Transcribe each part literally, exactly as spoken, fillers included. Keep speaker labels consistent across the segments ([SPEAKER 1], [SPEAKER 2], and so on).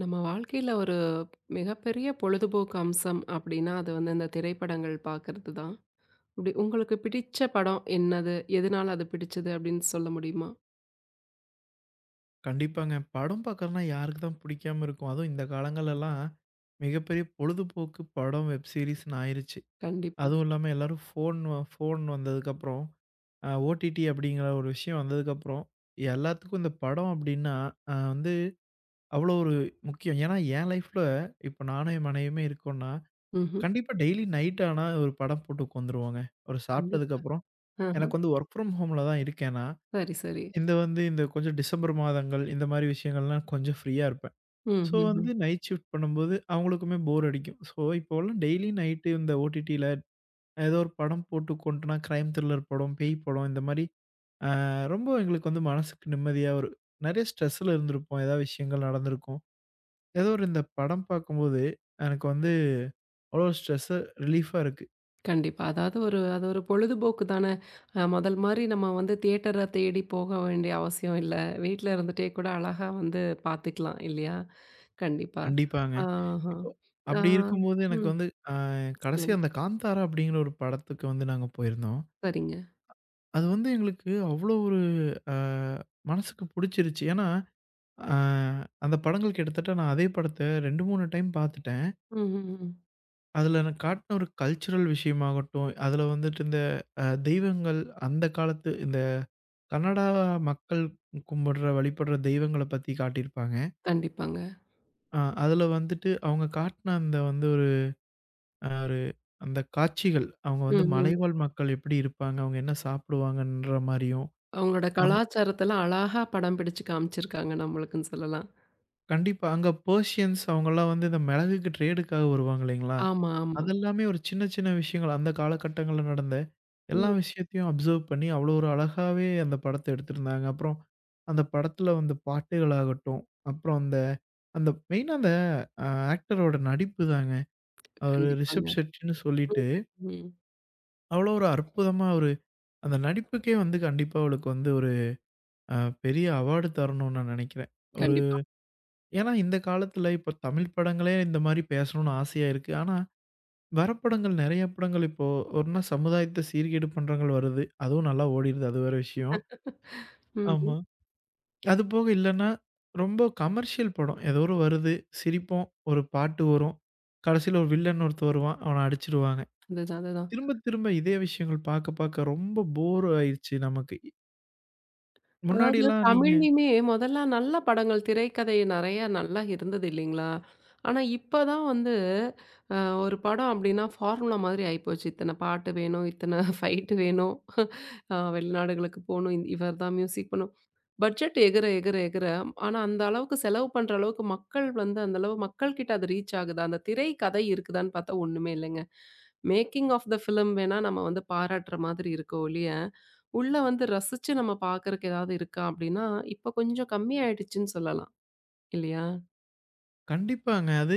[SPEAKER 1] நம்ம வாழ்க்கையில ஒரு மிகப்பெரிய பொழுதுபோக்கு அம்சம் அப்படின்னா, அது வந்து இந்த திரைப்படங்கள் பார்க்கறது தான். இப்படி உங்களுக்கு பிடிச்ச படம் என்னது? எதனால அது பிடிச்சது அப்படின்னு சொல்ல முடியுமா?
[SPEAKER 2] கண்டிப்பாங்க. படம் பார்க்கறதுனா யாருக்கு தான் பிடிக்காம இருக்கும். அதுவும் இந்த காலங்கள்லலாம் மிகப்பெரிய பொழுதுபோக்கு படம், வெப் சீரிஸ்ன்னு ஆயிருச்சு.
[SPEAKER 1] கண்டிப்பா.
[SPEAKER 2] அதுவும் இல்லாம எல்லாரும் ஃபோன் ஃபோன் வந்ததுக்கப்புறம் அ ஓடிடி அப்படிங்கிற ஒரு விஷயம் வந்ததுக்கப்புறம், எல்லாத்துக்கும் இந்த படம் அப்படின்னா அ வந்து அவ்வளோ ஒரு முக்கியம். ஏன்னா என் லைஃப்ல இப்ப நானும் என் மனைவியுமே இருக்கோம்னா,
[SPEAKER 1] ம்ஹ்ம்.
[SPEAKER 2] கண்டிப்பா டெய்லி நைட் ஆனா ஒரு படம் போட்டு உட்காந்துருவோங்க. ஒரு
[SPEAKER 1] கண்டி
[SPEAKER 2] சாப்பிட்டதுக்கப்புறம்
[SPEAKER 1] ஆஹ.
[SPEAKER 2] எனக்கு வந்து வொர்க் ஃப்ரம் ஹோம்ல தான் இருக்கேன் நான்.
[SPEAKER 1] சரி, சரி.
[SPEAKER 2] இந்த வந்து இந்த கொஞ்சம் டிசம்பர் மாதங்கள் இந்த மாரி விஷயங்கள்லாம் கொஞ்சம் ஃப்ரீயா இருப்பேன்.
[SPEAKER 1] ம்,
[SPEAKER 2] ஸோ
[SPEAKER 1] ம்,
[SPEAKER 2] வந்து
[SPEAKER 1] ம்.
[SPEAKER 2] நைட் ஷிஃப்ட் பண்ணும்போது அவங்களுக்குமே போர் அடிக்கும். ஸோ இப்போலாம் டெய்லி நைட்டு இந்த ஓடிடில ஏதோ ஒரு படம் போட்டு கொண்டுனா கிரைம் த்ரில்லர் படம், பேய் படம் இந்த மாரி அ ரொம்ப எங்களுக்கு வந்து மனசுக்கு நிம்மதியா ஒரு நெறைய ஸ்ட்ரெஸ்ல இருந்திருப்போம். ஏதாவது விஷயங்கள் நடந்திருக்கும். ஏதோ ஒரு இந்த படம் பார்க்கும்போது எனக்கு வந்து அவ்வளோ ஸ்ட்ரெஸ்ஸு ரிலீஃபா இருக்கு.
[SPEAKER 1] கண்டிப்பா. அதாவது ஒரு அது ஒரு பொழுதுபோக்கு தானே. அ முதல் மாரி நம்ம வந்து தியேட்டர தேடி போக வேண்டிய அவசியம் இல்ல. வீட்ல இருந்துட்டே கூட அழகா வந்து பார்த்துக்கலாம் இல்லையா? கண்டிப்பா.
[SPEAKER 2] கண்டிப்பாங்க.
[SPEAKER 1] ஆஹ.
[SPEAKER 2] இப்போ
[SPEAKER 1] ஆ.
[SPEAKER 2] அப்படி இருக்கும்போது எனக்கு
[SPEAKER 1] ம்.
[SPEAKER 2] வந்து அ கடைசியா
[SPEAKER 1] சொல்லுங்க.
[SPEAKER 2] அந்த காந்தாரா அப்படிங்கிற ஒரு படத்துக்கு வந்து நாங்க போயிருந்தோம்.
[SPEAKER 1] சரிங்க.
[SPEAKER 2] அது வந்து எங்களுக்கு அவ்வளோ ஒரு அ மனசுக்கு புடிச்சிருச்சு. ஏன்னா ஆ அந்த படங்கள் கிட்டத்தட்ட நான் அதே படத்த ரெண்டு, மூணு டைம் பார்த்துட்டேன்.
[SPEAKER 1] ம், ம், ம்.
[SPEAKER 2] அதில எனக்கு காட்டின ஒரு கல்ச்சுரல் விஷயமாகட்டும், அதில வந்துட்டு இந்த அ தெய்வங்கள் அந்த காலத்து இந்த கன்னடா மக்கள் கும்பிடுற, வழிபடுற தெய்வங்கள பத்தி காட்டியிருப்பாங்க.
[SPEAKER 1] கண்டிப்பாங்க.
[SPEAKER 2] அ அதில வந்துட்டு அவங்க காட்டின அந்த வந்து ஒரு அ ஒரு அந்த காட்சிகள், அவங்க
[SPEAKER 1] ம்,
[SPEAKER 2] வந்து
[SPEAKER 1] ம்.
[SPEAKER 2] மலைவாழ் மக்கள் எப்படி இருப்பாங்க, அவங்க என்ன சாப்பிடுவாங்கன்ற மாரியும்.
[SPEAKER 1] அவங்களோட கலாச்சாரத்தல அழகா படம் பிடிச்சு காமிச்சிருக்காங்க நம்மளுக்குன்னு சொல்லலாம்.
[SPEAKER 2] கண்டிப்பா. அங்க பெர்ஷியன்ஸ் அவங்கலாம் வந்து இந்த மிளகுக்கு ட்ரேடுக்காக வருவாங்க இல்லைங்களா?
[SPEAKER 1] ஆமா, ஆமா.
[SPEAKER 2] அதெல்லாமே ஒரு சின்ன சின்ன விஷயங்கள் அந்த காலகட்டங்கள்ல நடந்த
[SPEAKER 1] ம்.
[SPEAKER 2] எல்லா விஷயத்தையும் அப்சர்வ் பண்ணி அவ்வளோ ஒரு அழகாவே அந்த படத்த எடுத்திருந்தாங்க. அப்புறம் அந்த படத்துல வந்த பாட்டுகளாகட்டும், அப்புறம் அந்த அந்த மெயினா அந்த அ ஆக்டரோட நடிப்பு தாங்க. அவரு
[SPEAKER 1] கண்டிப்பாங்க.
[SPEAKER 2] ரிஷப் ஷெட்டின்னு சொல்லிட்டு
[SPEAKER 1] ம், ம்.
[SPEAKER 2] அவ்வளோ ஒரு அற்புதமா ஒரு அந்த நடிப்புக்கே வந்து கண்டிப்பா அவளுக்கு வந்து ஒரு அ பெரிய அவார்டு தரணும்னு நான் நெனைக்கிறேன். ஒரு
[SPEAKER 1] கண்டிப்பா.
[SPEAKER 2] ஏன்னா, இந்த காலத்துல இப்ப தமிழ் படங்களே இந்த மாரி பேசணும்னு ஆசையா இருக்கு. ஆனா, வர படங்கள் நெறைய படங்கள் இப்போ ஒண்ணா சமுதாயத்த சீர்கேடு பண்றங்கள் வருது. அதுவும் நல்லா ஓடிருது. அது வேற விஷயம்.
[SPEAKER 1] ம்.
[SPEAKER 2] ஆமா.
[SPEAKER 1] ம்.
[SPEAKER 2] அது போக இல்லன்னா, ரொம்ப கமர்ஷியல் படம். ஏதோ ஒரு வருது, சிரிப்போம், ஒரு பாட்டு வரும். கடைசில ஒரு வில்லன் ஒருத்தன் வருவான். அவன அடிச்சிடுவாங்க.
[SPEAKER 1] அதுதான், அதுதான்.
[SPEAKER 2] திரும்ப திரும்ப இதே விஷயங்கள் பாக்க பாக்க ரொம்ப போர் ஆயிருச்சு நமக்கு.
[SPEAKER 1] அதாவது
[SPEAKER 2] முன்னாடிலாம் நீங்க
[SPEAKER 1] தமிழ்லயுமே மொதல்லாம் நல்ல படங்கள், திரைக்கதை நெறையா நல்லா இருந்தது இல்லைங்களா? ஆனா, இப்ப தான் வந்து அ ஒரு படம் அப்டின்னா ஃபார்முலா மாதிரி ஆயிப்போச்சு. இத்தன பாட்டு வேணும், இத்தன ஃபைட் வேணும், அ வெளிநாடுகளுக்கு போணும், இந் இவர் தான் மியூசிக் பண்ணும். பட்ஜெட் எகிற, எகிற, எகிற. ஆனா, அந்த அளவுக்கு செலவு பண்ற அளவுக்கு மக்கள் வந்து அந்த அளவு மக்கள்கிட்ட அது ரீச் ஆகுதா? அந்த திரைக்கதை இருக்குதான்னு பார்த்தா ஒண்ணுமே இல்லைங்க. மேக்கிங் ஆஃப் த ஃபிலிம் வேணா நம்ம வந்து பாராட்டுற மாதிரி இருக்கோ ஒழிய உள்ள வந்து ரசிச்சு நம்ம பாக்குறக்கு ஏதாவது இருக்கா அப்படின்னா, இப்ப கொஞ்சம் கம்மி ஆயிடுச்சுன்னு சொல்லலாம். இல்லையா?
[SPEAKER 2] கண்டிப்பாங்க. அது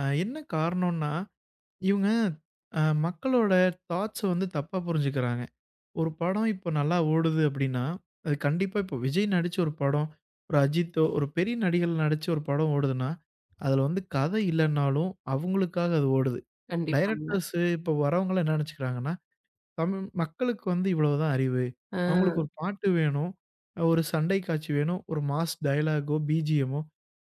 [SPEAKER 2] அ என்ன காரணம்னா இவங்க அ மக்களோட தாட்ஸ வந்து தப்பா புரிஞ்சுக்கிறாங்க. ஒரு படம் இப்போ நல்லா ஓடுது அப்டின்னா, அது கண்டிப்பா இப்போ விஜய் நடிச்ச ஒரு படம், ஒரு அஜித்தோ, ஒரு பெரிய நடிகர்கள் நடிச்ச ஒரு படம் ஓடுதுன்னா, அதுல வந்து கதை இல்லன்னாலும் அவங்களுக்காக அது ஓடுது.
[SPEAKER 1] கண்டிப்பாங்க.
[SPEAKER 2] டைரக்டர்ஸ் இப்போ வரவங்கலாம் என்ன நெனச்சுக்கிறாங்கன்னா, தமிழ் மக்களுக்கு வந்து இவ்வளவுதான் அறிவு.
[SPEAKER 1] ஆ
[SPEAKER 2] அவங்களுக்கு ஒரு பாட்டு வேணும், ஒரு சண்டை காட்சி வேணும், ஒரு மாஸ் டயலாகோ, பிஜிஎம்மோ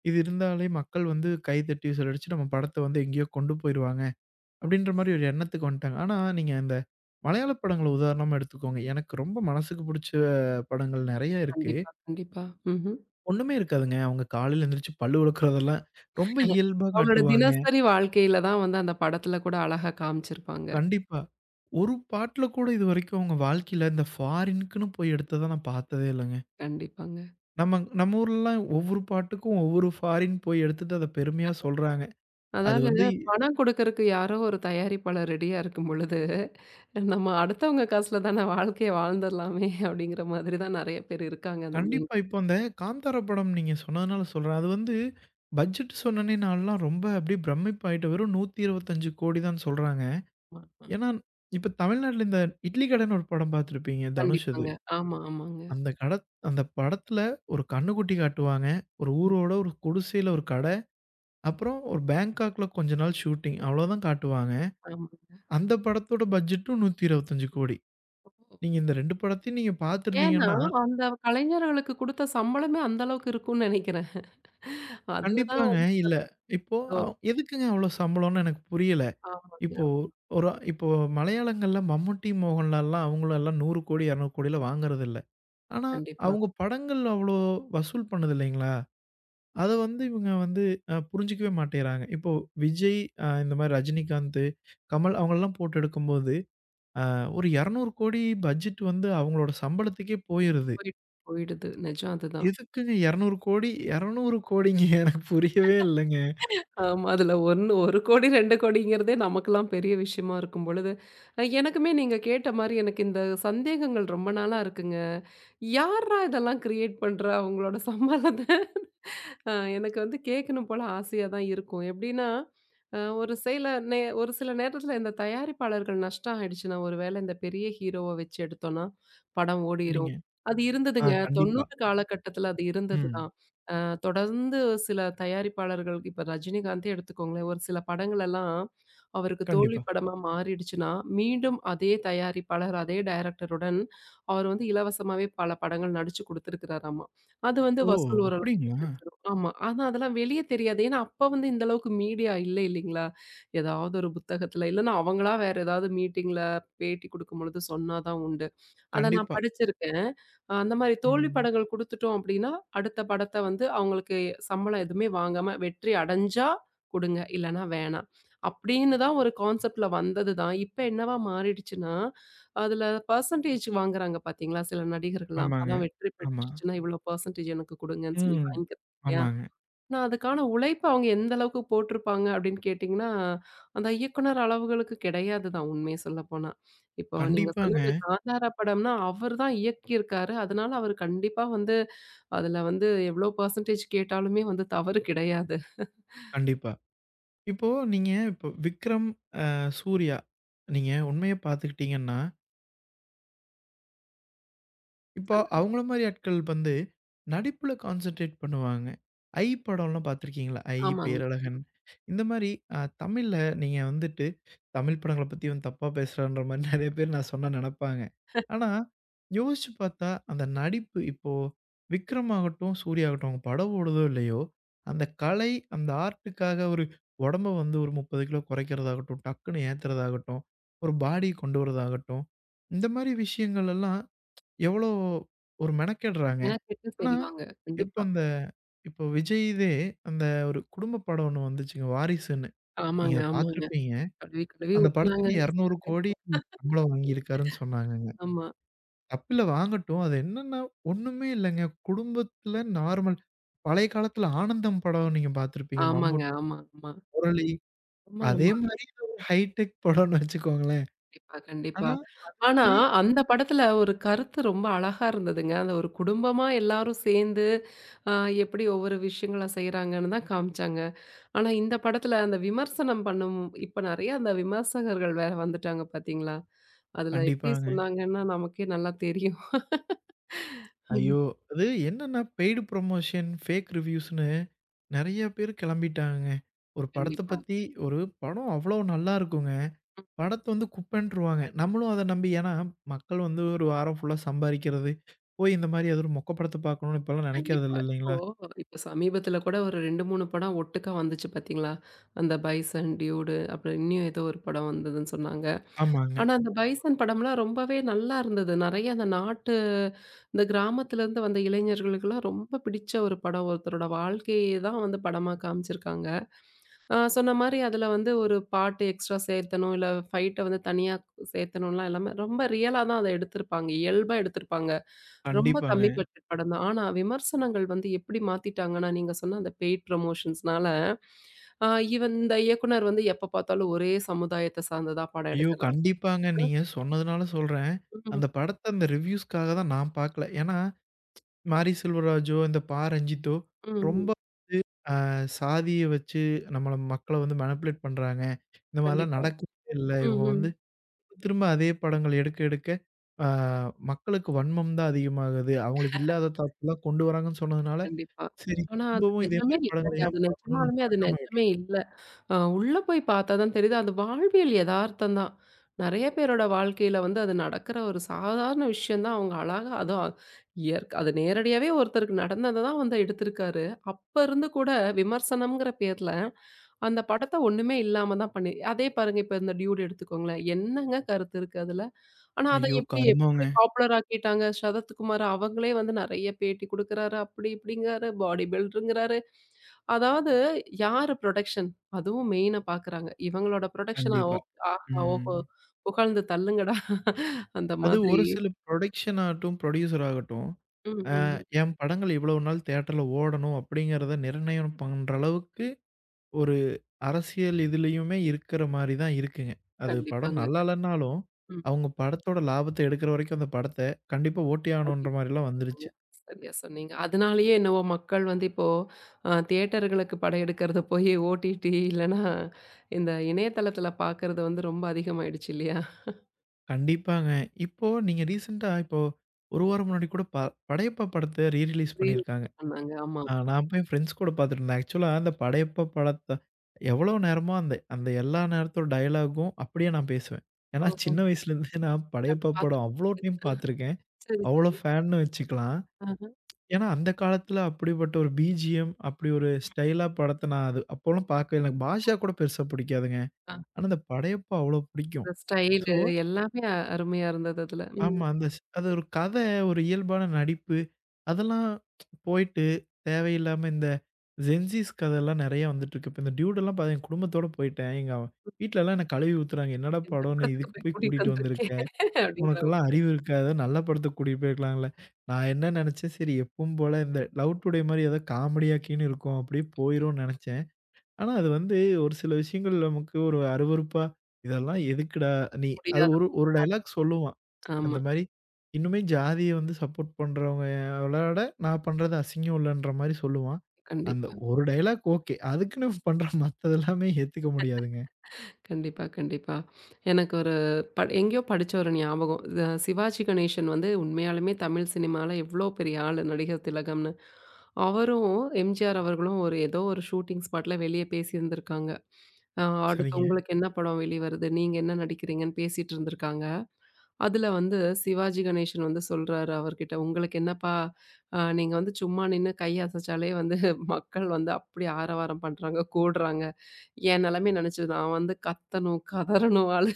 [SPEAKER 2] இது இருந்தாலே மக்கள் வந்து கைதட்டி விசிலடிச்சு நம்ம படத்த வந்து எங்கேயோ கொண்டு போயிருவாங்க. அப்படின்ற மாரி ஒரு எண்ணத்துக்கு வந்துட்டாங்க. ஆனா, நீங்க இந்த மலையாள படங்கள உதாரணமா எடுத்துக்கோங்க. எனக்கு ரொம்ப மனசுக்கு புடிச்ச படங்கள் நெறைய இருக்கு.
[SPEAKER 1] கண்டிப்பா, கண்டிப்பா. ம்ஹ்ம்.
[SPEAKER 2] ஒண்ணுமே இருக்காதுங்க. அவங்க காலையில எந்திரிச்சு பல்லு விளக்குறதெல்லாம் ரொம்ப இயல்பா
[SPEAKER 1] அவங்களோட
[SPEAKER 2] காட்டுவாங்க.
[SPEAKER 1] தினசரி வாழ்க்கையில தான் வந்து அந்த படத்துல கூட அழகா காமிச்சிருப்பாங்க.
[SPEAKER 2] கண்டிப்பா. ஒரு பாட்டுல கூட இதுவரைக்கும் அவங்க வாழ்க்கையில இந்த ஃபாரின்க்குன்னு போய் எடுத்தத நான் பார்த்ததே இல்லங்க.
[SPEAKER 1] கண்டிப்பாங்க.
[SPEAKER 2] நம்ம நம்ம ஊர்லலாம் ஒவ்வொரு பாட்டுக்கும் ஒவ்வொரு ஃபாரின் போய் எடுத்துட்டு அத பெருமையா சொல்றாங்க. அது வந்து
[SPEAKER 1] அதாவது பணம் குடுக்கறக்கு யாரோ ஒரு தயாரிப்பாளர் ரெடியா இருக்கும் பொழுது, நம்ம அடுத்தவங்க காசுல தான வாழ்க்கைய வாழ்ந்துரலாமே அப்படிங்கிற மாதிரி தான் நெறைய பேர் இருக்காங்க நம்ம
[SPEAKER 2] கண்டிப்பா. இப்ப அந்த காந்தாரா படம் நீங்க சொன்னதுனால சொல்றேன். அது வந்து பட்ஜெட் சொன்னோனே நான்லாம் ரொம்ப அப்படியே பிரமிப்பாயிட்டேன். வெறும் நூற்றி இருபத்தி ஐந்து கோடி தான் சொல்றாங்க.
[SPEAKER 1] ஆமா.
[SPEAKER 2] ஏன்னா, இப்ப தமிழ்நாட்ல இந்த இட்லி கடன்னு ஒரு படம் பார்த்துருப்பீங்க. தனுஷ் அது.
[SPEAKER 1] கண்டிப்பாங்க. ஆமா, ஆமாங்க.
[SPEAKER 2] அந்த கட அந்த படத்துல ஒரு கன்னுக்குட்டி காட்டுவாங்க. ஒரு
[SPEAKER 1] ம்.
[SPEAKER 2] ஊரோட ஒரு குடிசையில ஒரு கடை. அப்புறம் ஒரு பேங்காக்ல கொஞ்ச நாள் ஷூட்டிங் அவ்வளோதான் காட்டுவாங்க.
[SPEAKER 1] ஆமாங்க.
[SPEAKER 2] அந்த படத்தோட பட்ஜெட்டும் நூற்றி இருபத்தி ஐந்து கோடி. நீங்க இந்த ரெண்டு படத்தையும் நீங்க
[SPEAKER 1] ஏன்னா,
[SPEAKER 2] பார்த்துருந்தீங்கன்னா,
[SPEAKER 1] அந்த கலைஞர்களுக்கு குடுத்த சம்பளமே அந்த அளவுக்கு இருக்கும்னு நெனைக்கிறேன். அதுல தான்
[SPEAKER 2] கண்டிப்பாங்க. இல்ல இப்போ அ
[SPEAKER 1] வந்தோ
[SPEAKER 2] எதுக்குங்க அவ்வளோ சம்பளம்னு எனக்கு புரியல.
[SPEAKER 1] ஆமாங்க,
[SPEAKER 2] இப்போ
[SPEAKER 1] ஆமா.
[SPEAKER 2] ஒரு இப்போ மலையாளங்கள்ல மம்முட்டி, மோகன்லால்லாம் அவங்களெல்லாம் நூறு கோடி இருநூறு கோடில வாங்குறதில்ல. ஆனா,
[SPEAKER 1] கண்டிப்பா.
[SPEAKER 2] அவங்க படங்கள் அவ்வளோ வசூல் பண்ணுது இல்லைங்களா? அத வந்து இவங்க வந்து அ புரிஞ்சுக்கவே மாட்டேங்கிறாங்க. இப்போ விஜய், அ இந்த மாரி ரஜினிகாந்த், கமல் அவங்கள்லாம் போட்டு எடுக்கும்போது, அ ஒரு இருநூறு கோடி பட்ஜெட் வந்து அவங்களோட சம்பளத்துக்கே போயிருது.
[SPEAKER 1] போயிட் போயிடுது. நிஜம் அதுதான்.
[SPEAKER 2] எதுக்குங்க இருநூறு கோடி இருநூறு கோடிங்க எனக்கு புரியவே இல்லங்க.
[SPEAKER 1] ஆமா. அதுல 1 1,00,00,000 2,00,00,000ங்கிறதே நமக்கெல்லாம் பெரிய விஷயமா இருக்கும் பொழுது, அ எனக்குமே நீங்க கேட்ட மாரி எனக்கு இந்த சந்தேகங்கள் ரொம்ப நாளா இருக்குங்க. யார்றா இதெல்லாம் கிரியேட் பண்றா? அவங்களோட சம்பளத்த அ எனக்கு வந்து கேட்கணும் போல ஆசையா தான் இருக்கும். எப்படின்னா, அ ஒரு சில நே ஒரு சில நேரத்தில இந்த தயாரிப்பாளர்கள் நஷ்டம் ஆயிடுச்சுன்னா, ஒரு வேளை இந்த பெரிய ஹீரோவ வச்சு எடுத்தோம்னா, படம்
[SPEAKER 2] சரிங்க.
[SPEAKER 1] ஓடிரும். அது
[SPEAKER 2] ஆ
[SPEAKER 1] இருந்ததுங்க.
[SPEAKER 2] கண்டிப்பா.
[SPEAKER 1] தொண்ணூறு காலகட்டத்தில அது இருந்தது
[SPEAKER 2] ம்.
[SPEAKER 1] தான். அ தொடர்ந்து சில தயாரிப்பாளர்கள் இப்ப ரஜினிகாந்தே எடுத்துக்கோங்களேன், ஒரு சில படங்களெல்லாம் அவருக்கு தோல்வி
[SPEAKER 2] கண்டிப்பா.
[SPEAKER 1] படமா மாறிடுச்சுன்னா, மீண்டும் அதே தயாரிப்பாளர், அதே டைரக்டருடன் அவர் வந்து இலவசமாவே பல படங்கள் நடிச்சு குடுத்துருக்கிறாராமா. அது வந்து
[SPEAKER 2] ஓ!
[SPEAKER 1] வசூல் ஓரளவுக்கு
[SPEAKER 2] அப்படிங்களா?
[SPEAKER 1] கிடைச்சிரும். ஆமா. ஆனா அதெல்லாம் வெளிய தெரியாது. ஏன்னா, அப்ப வந்து இந்த அளவுக்கு மீடியா இல்ல இல்லைங்களா? ஏதாவது ஒரு புத்தகத்துல, இல்லன்னா அவங்களா வேற ஏதாவது மீட்டிங்ல பேட்டி குடுக்கும்பொழுது சொன்னா தான் உண்டு. அத நான்
[SPEAKER 2] கண்டிப்பா.
[SPEAKER 1] படிச்சிருக்கேன். அஹ் அந்த மாரி தோல்வி
[SPEAKER 2] ம்.
[SPEAKER 1] படங்கள் குடுத்துட்டோம் அப்டின்னா, அடுத்த படத்த வந்து அவங்களுக்கு சம்பளம் எதுவுமே வாங்காம, வெற்றி அடைஞ்சா குடுங்க, இல்லன்னா வேணாம். அப்டின்னு தான் ஒரு கான்செப்ட்ல வந்தது தான். இப்ப என்னவா மாறிடுச்சுன்னா, அதுல பெர்சன்டேஜ் வாங்குறாங்க பாத்தீங்களா? சில நடிகர்கள்லாம்
[SPEAKER 2] ஆமாங்க.
[SPEAKER 1] படம் வெற்றி
[SPEAKER 2] ஆமா.
[SPEAKER 1] பெற்றுச்சுன்னா, இவ்ளோ பெர்சன்டேஜ் எனக்கு குடுங்கன்னு சொல்லி
[SPEAKER 2] ம்.
[SPEAKER 1] வாங்கிக்கிறாங்க இல்லையா?
[SPEAKER 2] ஆமாங்க.
[SPEAKER 1] நான் அதுக்கான உழைப்ப அவங்க எந்த அளவுக்கு போட்டிருப்பாங்க அப்படின்னு கேட்டீங்கன்னா, அந்த இயக்குனர் அளவுகளுக்கு கிடையாது தான் உண்மைய சொல்லப்போனா. இப்போ நீங்க சொன்ன
[SPEAKER 2] கண்டிப்பாங்க.
[SPEAKER 1] இந்த காந்தாரா படம்னா அவரு தான் இயக்கியிருக்காரு. அதனால அவரு கண்டிப்பா வந்து அதுல வந்து எவ்வளோ பெர்சன்டேஜ் கேட்டாலுமே வந்து தவறு கிடையாது.
[SPEAKER 2] கண்டிப்பா. இப்போ நீங்க இப்போ விக்ரம், அ சூர்யா நீங்க உண்மைய பார்த்துக்கிட்டீங்கன்னா, இப்போ
[SPEAKER 1] சொல்லுங்க.
[SPEAKER 2] அவங்கள மாரி ஆட்கள் வந்து, நடிப்புல கான்சன்ட்ரேட் பண்ணுவாங்க. ஐ படம்லாம் பார்த்துருக்கீங்களா? ஐ,
[SPEAKER 1] ஆமாங்க.
[SPEAKER 2] பேரழகன். இந்த மாரி அ தமிழ்ல நீங்க வந்துட்டு, தமிழ் படங்கள பத்தி இவன் தப்பா பேசுறான்ற மாரி நெறைய பேர் நான் சொன்னா நெனப்பாங்க. ஆனா, யோசிச்சு பார்த்தா அந்த நடிப்பு இப்போ விக்ரம் ஆகட்டும், சூர்யா ஆகட்டும் அவங்க படம் ஓடுதோ இல்லையோ, அந்த கலை, அந்த ஆர்ட்டுக்காக ஒரு உடம்ப வந்து ஒரு முப்பது கிலோ குறைக்கிறதாகட்டும், டக்குன்னு ஏத்துறதாகட்டும், ஒரு பாடி கொண்டு வரதாகட்டும், இந்த மாரி விஷயங்கள் எல்லாம் எவ்வளோ ஒரு மெனக்கெடுறாங்க.
[SPEAKER 1] மெனக்கெட்டு
[SPEAKER 2] ஆனா,
[SPEAKER 1] செய்வாங்க.
[SPEAKER 2] இப்ப
[SPEAKER 1] கண்டிப்பா.
[SPEAKER 2] அந்த இப்போ விஜய் இதே அந்த ஒரு குடும்ப படம் ஒண்ணு வந்துச்சுங்க, வாரிசுன்னு. நீங்க
[SPEAKER 1] ஆமாங்க,
[SPEAKER 2] அத
[SPEAKER 1] ஆமாங்க.
[SPEAKER 2] பார்த்துருப்பீங்க.
[SPEAKER 1] கழுவி கழுவி
[SPEAKER 2] அந்த படத்துக்கு
[SPEAKER 1] ஊத்துனாங்கன்னு சில பேர்
[SPEAKER 2] இருநூறு கோடி சம்பளம் வாங்கியிருக்காருன்னு சொன்னாங்கங்க.
[SPEAKER 1] ஆமா.
[SPEAKER 2] தப்பில்ல வாங்கட்டும். அது என்னன்னா, ஒண்ணுமே இல்லங்க. குடும்பத்துல நார்மல் பழைய காலத்துல ஆனந்தம் படம் நீங்க பார்த்துருப்பீங்க.
[SPEAKER 1] ஆமாங்க.
[SPEAKER 2] மம்முட்டி,
[SPEAKER 1] ஆமா, ஆமா.
[SPEAKER 2] முரளி.
[SPEAKER 1] ஆமா,
[SPEAKER 2] அதே
[SPEAKER 1] ஆமா.
[SPEAKER 2] மாரி இது ஒரு ஹைடெக் படம்னு வச்சுக்கோங்களேன்.
[SPEAKER 1] கண்டிப்பா, கண்டிப்பா.
[SPEAKER 2] ஆனா,
[SPEAKER 1] ஆனா,
[SPEAKER 2] அதுக்கு
[SPEAKER 1] அந்த படத்துல ஒரு கருத்து ரொம்ப அழகா இருந்ததுங்க. அந்த ஒரு குடும்பமா எல்லாரும் சேர்ந்து, அ எப்படி ஒவ்வொரு விஷயங்கள செய்றாங்கன்னு தான் காமிச்சாங்க. ஆனா, இந்த படத்துல அந்த விமர்சனம் பண்ணும் இப்ப நெறைய அந்த விமர்சகர்கள் வேற வந்துட்டாங்க பார்த்தீங்களா? அதுல எப்படி
[SPEAKER 2] கண்டிப்பாங்க.
[SPEAKER 1] சொன்னாங்கன்னா, நமக்கே நல்லா தெரியும். ம்.
[SPEAKER 2] ஐயோ! அது என்னன்னா பெய்டு ப்ரமோஷன், ஃபேக் ரிவ்யூஸ்ன்னு நெறைய பேர் கெளம்பிட்டாங்கங்க. ஒரு படத்த
[SPEAKER 1] கண்டிப்பா.
[SPEAKER 2] பத்தி ஒரு படம் அவ்ளோ நல்லா இருக்குங்க.
[SPEAKER 1] ம்.
[SPEAKER 2] படத்த வந்து குப்பன்ருவாங்க. நம்மளும் அத நம்பி ஏன்னா மக்கள் வந்து ஒரு வாரம் ஃபுல்லா சம்பாரிக்கிறது, போய் இந்த மாரி அது ஒரு மொக்க படத்த பார்க்கணும்னு இப்பலாம் நெனைக்கிறது
[SPEAKER 1] கண்டிப்பா.
[SPEAKER 2] இல்ல
[SPEAKER 1] இப்போ
[SPEAKER 2] இல்லைங்களா?
[SPEAKER 1] இப்ப சமீபத்துல கூட ஒரு ரெண்டு, மூணு படம் ஒட்டுக்கா வந்துச்சு பார்த்தீங்களா? அந்த பைசன், டியூடு அப்புறம் இன்னும் ஏதோ ஒரு படம் வந்ததுன்னு சொன்னாங்க.
[SPEAKER 2] ஆமாங்க.
[SPEAKER 1] ஆனா, அந்த பைசன் படம்லாம் ரொம்பவே நல்லா இருந்தது. நெறைய அந்த நாட்டு இந்த கிராமத்துலருந்து வந்த இளைஞர்களுக்கெல்லாம் ரொம்ப பிடிச்ச ஒரு படம். ஒருத்தரோட வாழ்க்கைய தான் வந்து படமா காமிச்சிருக்காங்க. அ சொன்ன மாரி அதுல வந்து ஒரு பாட்டு எக்ஸ்ட்ரா சேர்த்தணும், இல்ல ஃபைட்ட வந்து தனியா சேர்த்தணும்லாம் எல்லாமே ரொம்ப ரியலா தான் அத எடுத்திருப்பாங்க. இயல்பா எடுத்திருப்பாங்க. ரொம்ப
[SPEAKER 2] கண்டிப்பாங்க.
[SPEAKER 1] கம்மி பட்ஜெட் படம் தான். ஆனா, விமர்சனங்கள் வந்து எப்படி மாத்திட்டாங்கன்னா, நீங்க சொன்ன அந்த பெய்ட் ப்ரமோஷன்ஸ்னால, அ இவன் இந்த இயக்குனர் வந்து எப்ப பார்த்தாலும் ஒரே சமுதாயத்த சார்ந்ததா படம்
[SPEAKER 2] ஐயோ!
[SPEAKER 1] எடுக்கிறான்.
[SPEAKER 2] கண்டிப்பாங்க. நீங்க சொன்னதுனால சொல்றேன்.
[SPEAKER 1] ம்,
[SPEAKER 2] அந்த படத்த அந்த ரிவ்யூஸ்க்காக தான் நான் பார்க்கல. ஏன்னா, மாரி செல்வராஜோ, இந்த பா ரஞ்சித்தோ ரொம்ப
[SPEAKER 1] ம்.
[SPEAKER 2] சாதிய வச்சு நம்மள மக்கள வந்து மேனிபுலேட் பண்றாங்க. இந்த மாரிலாம்
[SPEAKER 1] கண்டிப்பா.
[SPEAKER 2] நடக்கவே இல்ல.
[SPEAKER 1] ம்,
[SPEAKER 2] இவங்க
[SPEAKER 1] ம்.
[SPEAKER 2] வந்து திரும்ப அதே படங்கள் எடுக்க எடுக்க ஆ மக்களுக்கு வன்மம் தான் அதிகமாகுது. அவங்களுக்கு இல்லாத தாட்ஸ்லாம் கொண்டு வராங்கன்னு சொன்னதுனால,
[SPEAKER 1] கண்டிப்பா.
[SPEAKER 2] சரி
[SPEAKER 1] ஆனா அது
[SPEAKER 2] திரும்பவும் இதே
[SPEAKER 1] நிஜமே
[SPEAKER 2] மாரி படங்கள
[SPEAKER 1] இல்லங்க.
[SPEAKER 2] ஏன்
[SPEAKER 1] அது
[SPEAKER 2] பார்க்கணும்னு
[SPEAKER 1] நிஜமாலுமே அது
[SPEAKER 2] பார்க்காம விட்டுட்டேன்.
[SPEAKER 1] நிஜமே இல்ல. அ உள்ள போய் பார்த்தா தான் தெரியுது. அது வாழ்வியல் எதார்த்தம் தான். நெறைய பேரோட வாழ்க்கையில வந்து அது நடக்கிற ஒரு சாதாரண விஷயம் தான். அவங்க அழகா அதுவும் இயற் அது நேரடியாவே ஒருத்தருக்கு நடந்தத தான் வந்து எடுத்திருக்காரு. அப்ப இருந்து கூட விமர்சனம்ங்கிற பேர்ல, அந்த படத்த ஒண்ணுமே இல்லாம தான் பண்ணி அதே பாருங்க இப்ப இந்த டியூட் எடுத்துக்கோங்களேன். என்னங்க கருத்து இருக்கு அதுல? ஆனா, அத
[SPEAKER 2] ஐயோ!
[SPEAKER 1] எப்படி எப்படி
[SPEAKER 2] கர்மங்க.
[SPEAKER 1] பாப்புலர் ஆக்கிட்டாங்க. சரத்குமார் அவங்களே வந்து நெறைய பேட்டி குடுக்குறாரு. அப்படி இப்படிங்கிறாரு. பாடி பில்டர்ங்கிறாரு. அதாவது யாரு புரொடக்ஷன்? அதுவும் மெயினா பாக்குறாங்க. இவங்களோட புரொடக்ஷனா ஆமா.
[SPEAKER 2] கண்டிப்பா.
[SPEAKER 1] ஓக் ஆஹா!
[SPEAKER 2] ம்.
[SPEAKER 1] ஓஹோ! புகழ்ந்து தள்ளுங்கடா அந்த
[SPEAKER 2] அது
[SPEAKER 1] மாதிரி.
[SPEAKER 2] ஒரு சில புரொடக்ஷன் ஆகட்டும், புரொடியூசர் ஆகட்டும்,
[SPEAKER 1] ம், ம். ம்.
[SPEAKER 2] என் படங்கள் இவ்வளவு நாள் தியேட்டர்ல ஓடணும் அப்படிங்கிறத நிர்ணயம் பண்ற அளவுக்கு ஒரு அரசியல் இதுலயுமே இருக்கிற மாரி தான் இருக்குங்க. அது படம்
[SPEAKER 1] கண்டிப்பாங்க.
[SPEAKER 2] நல்லா இல்லன்னாலும்,
[SPEAKER 1] ம்.
[SPEAKER 2] அவங்க படத்தோட லாபத்த எடுக்கிற வரைக்கும் அந்த படத்த கண்டிப்பா ஓட்டி
[SPEAKER 1] ஓடிடி
[SPEAKER 2] ஆகணுன்ற மாரிலாம்
[SPEAKER 1] கொடுத்தாங்க.
[SPEAKER 2] வந்துருச்சு.
[SPEAKER 1] சரியா சொன்னீங்க. அதனாலேயே என்னவோ மக்கள் வந்து இப்போ அ தியேட்டர்களுக்கு படையெடுக்கிறத போய் ஓடிடி இல்லன்னா இந்த இணையதளத்துல பாக்குறது வந்து ரொம்ப அதிகமாயிடுச்சு இல்லையா?
[SPEAKER 2] கண்டிப்பாங்க. இப்போ நீங்க ரீசென்ட்டா இப்போ ஒரு வாரம் முன்னாடி கூட ப படையப்பா படத்த ரீ ரிலீஸ்
[SPEAKER 1] ரீல்ஸ்
[SPEAKER 2] பண்ணியிருக்காங்க.
[SPEAKER 1] பண்ணாங்க. ஆமா.
[SPEAKER 2] அ நான் போய் என் ஃப்ரெண்ட்ஸ் கூட பார்த்துட்டு இருந்தேன். ஆக்சுவலா அந்த படையப்பா படத்த எவ்வளோ நேரமோ அந்த அந்த எல்லா நேரத்தோட டயலாக்கும் அப்படியே நான் பேசுவேன். ஏன்னா
[SPEAKER 1] ஓஹோ!
[SPEAKER 2] சின்ன வயசுலேருந்தே நான்
[SPEAKER 1] அத
[SPEAKER 2] படையப்பா
[SPEAKER 1] பார்த்து
[SPEAKER 2] படம் அவ்வளோ டைம் பார்த்துருக்கேன்.
[SPEAKER 1] சரி,
[SPEAKER 2] அவ்வளோ
[SPEAKER 1] சரி.
[SPEAKER 2] ஃபேன்னு வச்சுக்கலாம்.
[SPEAKER 1] ஆஹ.
[SPEAKER 2] ஏன்னா, அந்த காலத்துல அப்படிப்பட்ட ஒரு பிஜிஎம், அப்படி ஒரு ஸ்டைலா படத்த நான் அது அப்போலாம் பார்க்கவே எனக்கு பாஷா கூட பெருசா பிடிக்காதுங்க.
[SPEAKER 1] அ
[SPEAKER 2] ஆனா, அந்த படையப்பா அவ்ளோ பிடிக்கும்.
[SPEAKER 1] அந்த
[SPEAKER 2] ஸோ
[SPEAKER 1] ஸ்டைலு எல்லாமே அருமையா இருந்தது அதுல. ம்.
[SPEAKER 2] ஆமா. அந்த ஸ் அது ஒரு கதை, ஒரு இயல்பான நடிப்பு, அதெல்லாம் போயிட்டு தேவையில்லாம இந்த ஜென்ஸீஸ் கதைலாம் நெறைய வந்துட்டுருக்கு. இப்ப இந்த டியூடெல்லாம் பாத்தீங்கன்னா, என் குடும்பத்தோட போயிட்டேன். எங்க வீட்லலாம் என்ன கழுவி ஊத்துறாங்க. "என்னடா
[SPEAKER 1] இந்த
[SPEAKER 2] படம்! நீ
[SPEAKER 1] படத்துக்கு
[SPEAKER 2] இதுக்கு
[SPEAKER 1] போய்
[SPEAKER 2] போய்
[SPEAKER 1] கூட்டிட்டு
[SPEAKER 2] கூட்டிட்டு
[SPEAKER 1] வந்திருக்கே
[SPEAKER 2] வந்திருக்க?"
[SPEAKER 1] அப்படிங்கிற
[SPEAKER 2] உனக்கெல்லாம்
[SPEAKER 1] ஒத்துழைக்க
[SPEAKER 2] அறிவு இருக்காது. நல்ல படத்துக்கு கூட்டிட்டு போயிருக்கலாம்ல. நான் என்ன நெனச்சேன், சரி எப்பவும் போல இந்த லவ் டுடே மாரி ஏதோ காமெடியா கீன்னு இருக்கும். அப்படியே போயிரும்னு நெனச்சேன். ஆனா அது வந்து ஒரு சில விஷயங்கள் நமக்கு ஒரு அருவருப்பா, "இதெல்லாம் எதுக்குடா நீ" அது
[SPEAKER 1] முடியாத
[SPEAKER 2] ஒரு ஒரு டயலாக் சொல்லுவான். அந்த
[SPEAKER 1] ஆமா.
[SPEAKER 2] மாரி இன்னுமே ஜாதிய வந்து சப்போர்ட் பண்றவங்களோட நான் பண்றது அசிங்கம் இல்லன்ற மாரி சொல்லுவான். அந்த
[SPEAKER 1] கண்டிப்பா.
[SPEAKER 2] ஒரு டயலாக் ஓகே. அதுக்குன்னு பண்ற மத்ததெல்லாமே ஏத்துக்க முடியாதுங்க.
[SPEAKER 1] கண்டிப்பா, கண்டிப்பா. எனக்கு ஒரு ப எங்கேயோ படிச்ச ஒரு ஞாபகம். அ சிவாஜி கணேசன் வந்து உண்மையாலுமே தமிழ் சினிமால எவ்ளோ பெரிய ஆளு நடிகர் திலகம்னு. அவரும் எம்ஜிஆர் அவர்களும் ஒரு ஏதோ ஒரு ஷூட்டிங் ஸ்பாட்ல வெளிய பேசியிருந்திருக்காங்க. அ அடுத்து
[SPEAKER 2] சரிங்க.
[SPEAKER 1] உங்களுக்கு என்ன படம் வெளிவருது? நீங்க என்ன நடிக்கிறீங்கன்னு பேசிட்டு இருந்திருக்காங்க. அதுல வந்து சிவாஜி கணேசன் வந்து சொல்றாரு அவர்கிட்ட, "உங்களுக்கு என்னப்பா, அ நீங்க வந்து சும்மா நின்னு கை அசைச்சாலே வந்து மக்கள் வந்து அப்படி ஆரவாரம் பண்றாங்க, கூடுறாங்க. என் நிலைமைய நெனச்சு நான் வந்து கத்தணும், கதறணும், அழு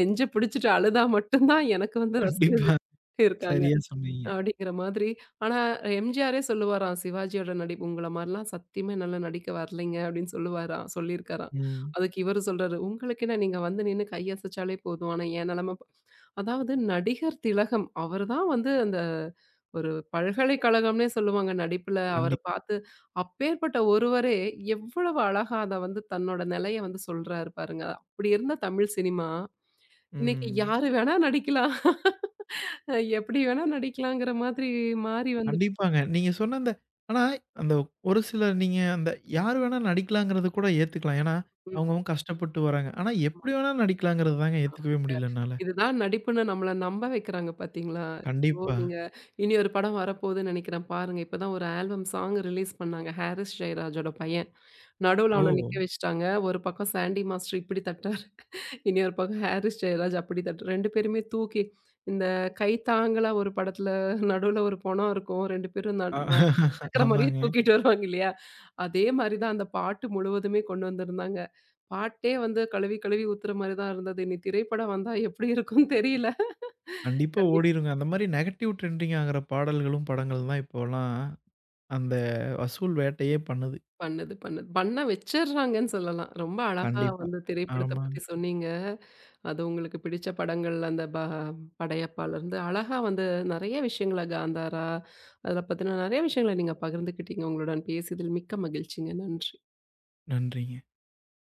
[SPEAKER 1] நெஞ்ச பிடிச்சுட்டு அழுதா மட்டும் தான் எனக்கு வந்து
[SPEAKER 2] கண்டிப்பா.
[SPEAKER 1] ரசிகர்கள் இருக்காங்க."
[SPEAKER 2] சரியா சொன்னீங்க.
[SPEAKER 1] அப்படிங்கிற மாதிரி. ஆனா எம்ஜிஆரே சொல்லுவாராம், சிவாஜியோட நடிப்பு உங்கள மாரிலாம் சத்தியமா என்னால நடிக்க வரலைங்க அப்படின்னு சொல்லுவாராம். சொல்லியிருக்காராம்.
[SPEAKER 2] ம்.
[SPEAKER 1] அதுக்கு இவரு சொல்றாரு, உங்களுக்கு என்ன நீங்க வந்து நின்னு கையசைச்சாலே போதும். ஆனா என் நிலைமை ப-" அதாவது நடிகர் திலகம் அவர் தான் வந்து அந்த ஒரு பல்கலைக்கழகம்னே சொல்லுவாங்க நடிப்புல. அவர
[SPEAKER 2] கண்டிப்
[SPEAKER 1] பார்த்து அப்பேற்பட்ட ஒருவரே எவ்வளவு அழகா அத வந்து தன்னோட நிலைய வந்து சொல்றாரு பாருங்க. அப்படி இருந்த தமிழ் சினிமா, இன்னைக்கு
[SPEAKER 2] ம்.
[SPEAKER 1] யாரு வேணா நடிக்கலாம். அ எப்படி வேணா நடிக்கலாங்கிற மாதிரி மாறி வந்துட்டு.
[SPEAKER 2] கண்டிப்பாங்க. நீங்க சொன்ன அந்த ஆனா அந்த ஒரு சில நீங்க அந்த யார் வேணா நடிக்கலாங்கிறத கூட ஏத்துக்கலாம். ஏன்னா,
[SPEAKER 1] ம்.
[SPEAKER 2] அவங்கவங்க கஷ்டப்பட்டு வராங்க. ஆனா
[SPEAKER 1] ஆமா,
[SPEAKER 2] எப்படி வேணா நடிக்கலாங்கிறது தாங்க ஏத்துக்கவே
[SPEAKER 1] ஆமாங்க.
[SPEAKER 2] முடியல என்னால.
[SPEAKER 1] இதுதான் நடிப்புன்னு நம்மள நம்ப வைக்கிறாங்க பார்த்தீங்களா? ஐயோ!
[SPEAKER 2] கண்டிப்பா.
[SPEAKER 1] நீங்க இனி ஒரு படம் வரப்போகுதுன்னு நெனைக்கிறேன் பாருங்க. இப்பதான் ஒரு ஆல்பம் சாங் ரிலீஸ் பண்ணாங்க. ஹாரிஸ் ஜெயராஜோட பையன். நடுவுல அவன
[SPEAKER 2] ஓ!
[SPEAKER 1] நிக்க வச்சுட்டாங்க. ஒரு பக்கம் சாண்டி மாஸ்டர் இப்படி தட்ட இனி ஒரு பக்கம் ஹாரிஸ் ஜெயராஜ் அப்படி தட்டு ரெண்டு பேருமே தூக்கி இந்த கை தாங்கலா ஒரு படத்துல நடுவுல ஒரு பொணம் இருக்கும். ரெண்டு பேரும் ந
[SPEAKER 2] அ
[SPEAKER 1] ந நடக்கிற மாரியே
[SPEAKER 2] ஆமாங்க.
[SPEAKER 1] தூக்கிட்டு வருவாங்க இல்லையா? அதே மாரி தான் அந்த பாட்டு முழுவதுமே கொண்டு வந்திருந்தாங்க. பாட்டே வந்து கழுவி கழுவி ஊத்துற மாரி தான் இருந்தது. இனி திரைப்படம் வந்தா எப்படி இருக்கும்னு தெரியல.
[SPEAKER 2] கண்டிப்பா
[SPEAKER 1] கண்டிப்பா.
[SPEAKER 2] ஓடிருங்க. அந்த மாரி நெகட்டிவ் ட்ரெண்டிங் ஆகுற பாடல்களும், படங்கள் தான் இப்போலாம் அந்த வசூல் வேட்டையே பண்ணுது.
[SPEAKER 1] பண்ணுது, பண்ணுது. பண்ண வச்சர்றாங்கன்னு சொல்லலாம். ரொம்ப அழகா
[SPEAKER 2] கண்டிப்பா.
[SPEAKER 1] வந்து திரைப்படத்த
[SPEAKER 2] ஆமாங்க.
[SPEAKER 1] பத்தி சொன்னீங்க. அது உங்களுக்கு பிடிச்ச படங்கள்ல அந்த ப படையப்பாலருந்து அழகா வந்து நெறைய விஷயங்கள காந்தாரா, அதில பத்தின நெறைய விஷயங்கள நீங்க பகிர்ந்துக்கிட்டீங்க. உங்களுடன் பேசியதில் மிக்க மகிழ்ச்சிங்க. நன்றி.
[SPEAKER 2] நன்றிங்க.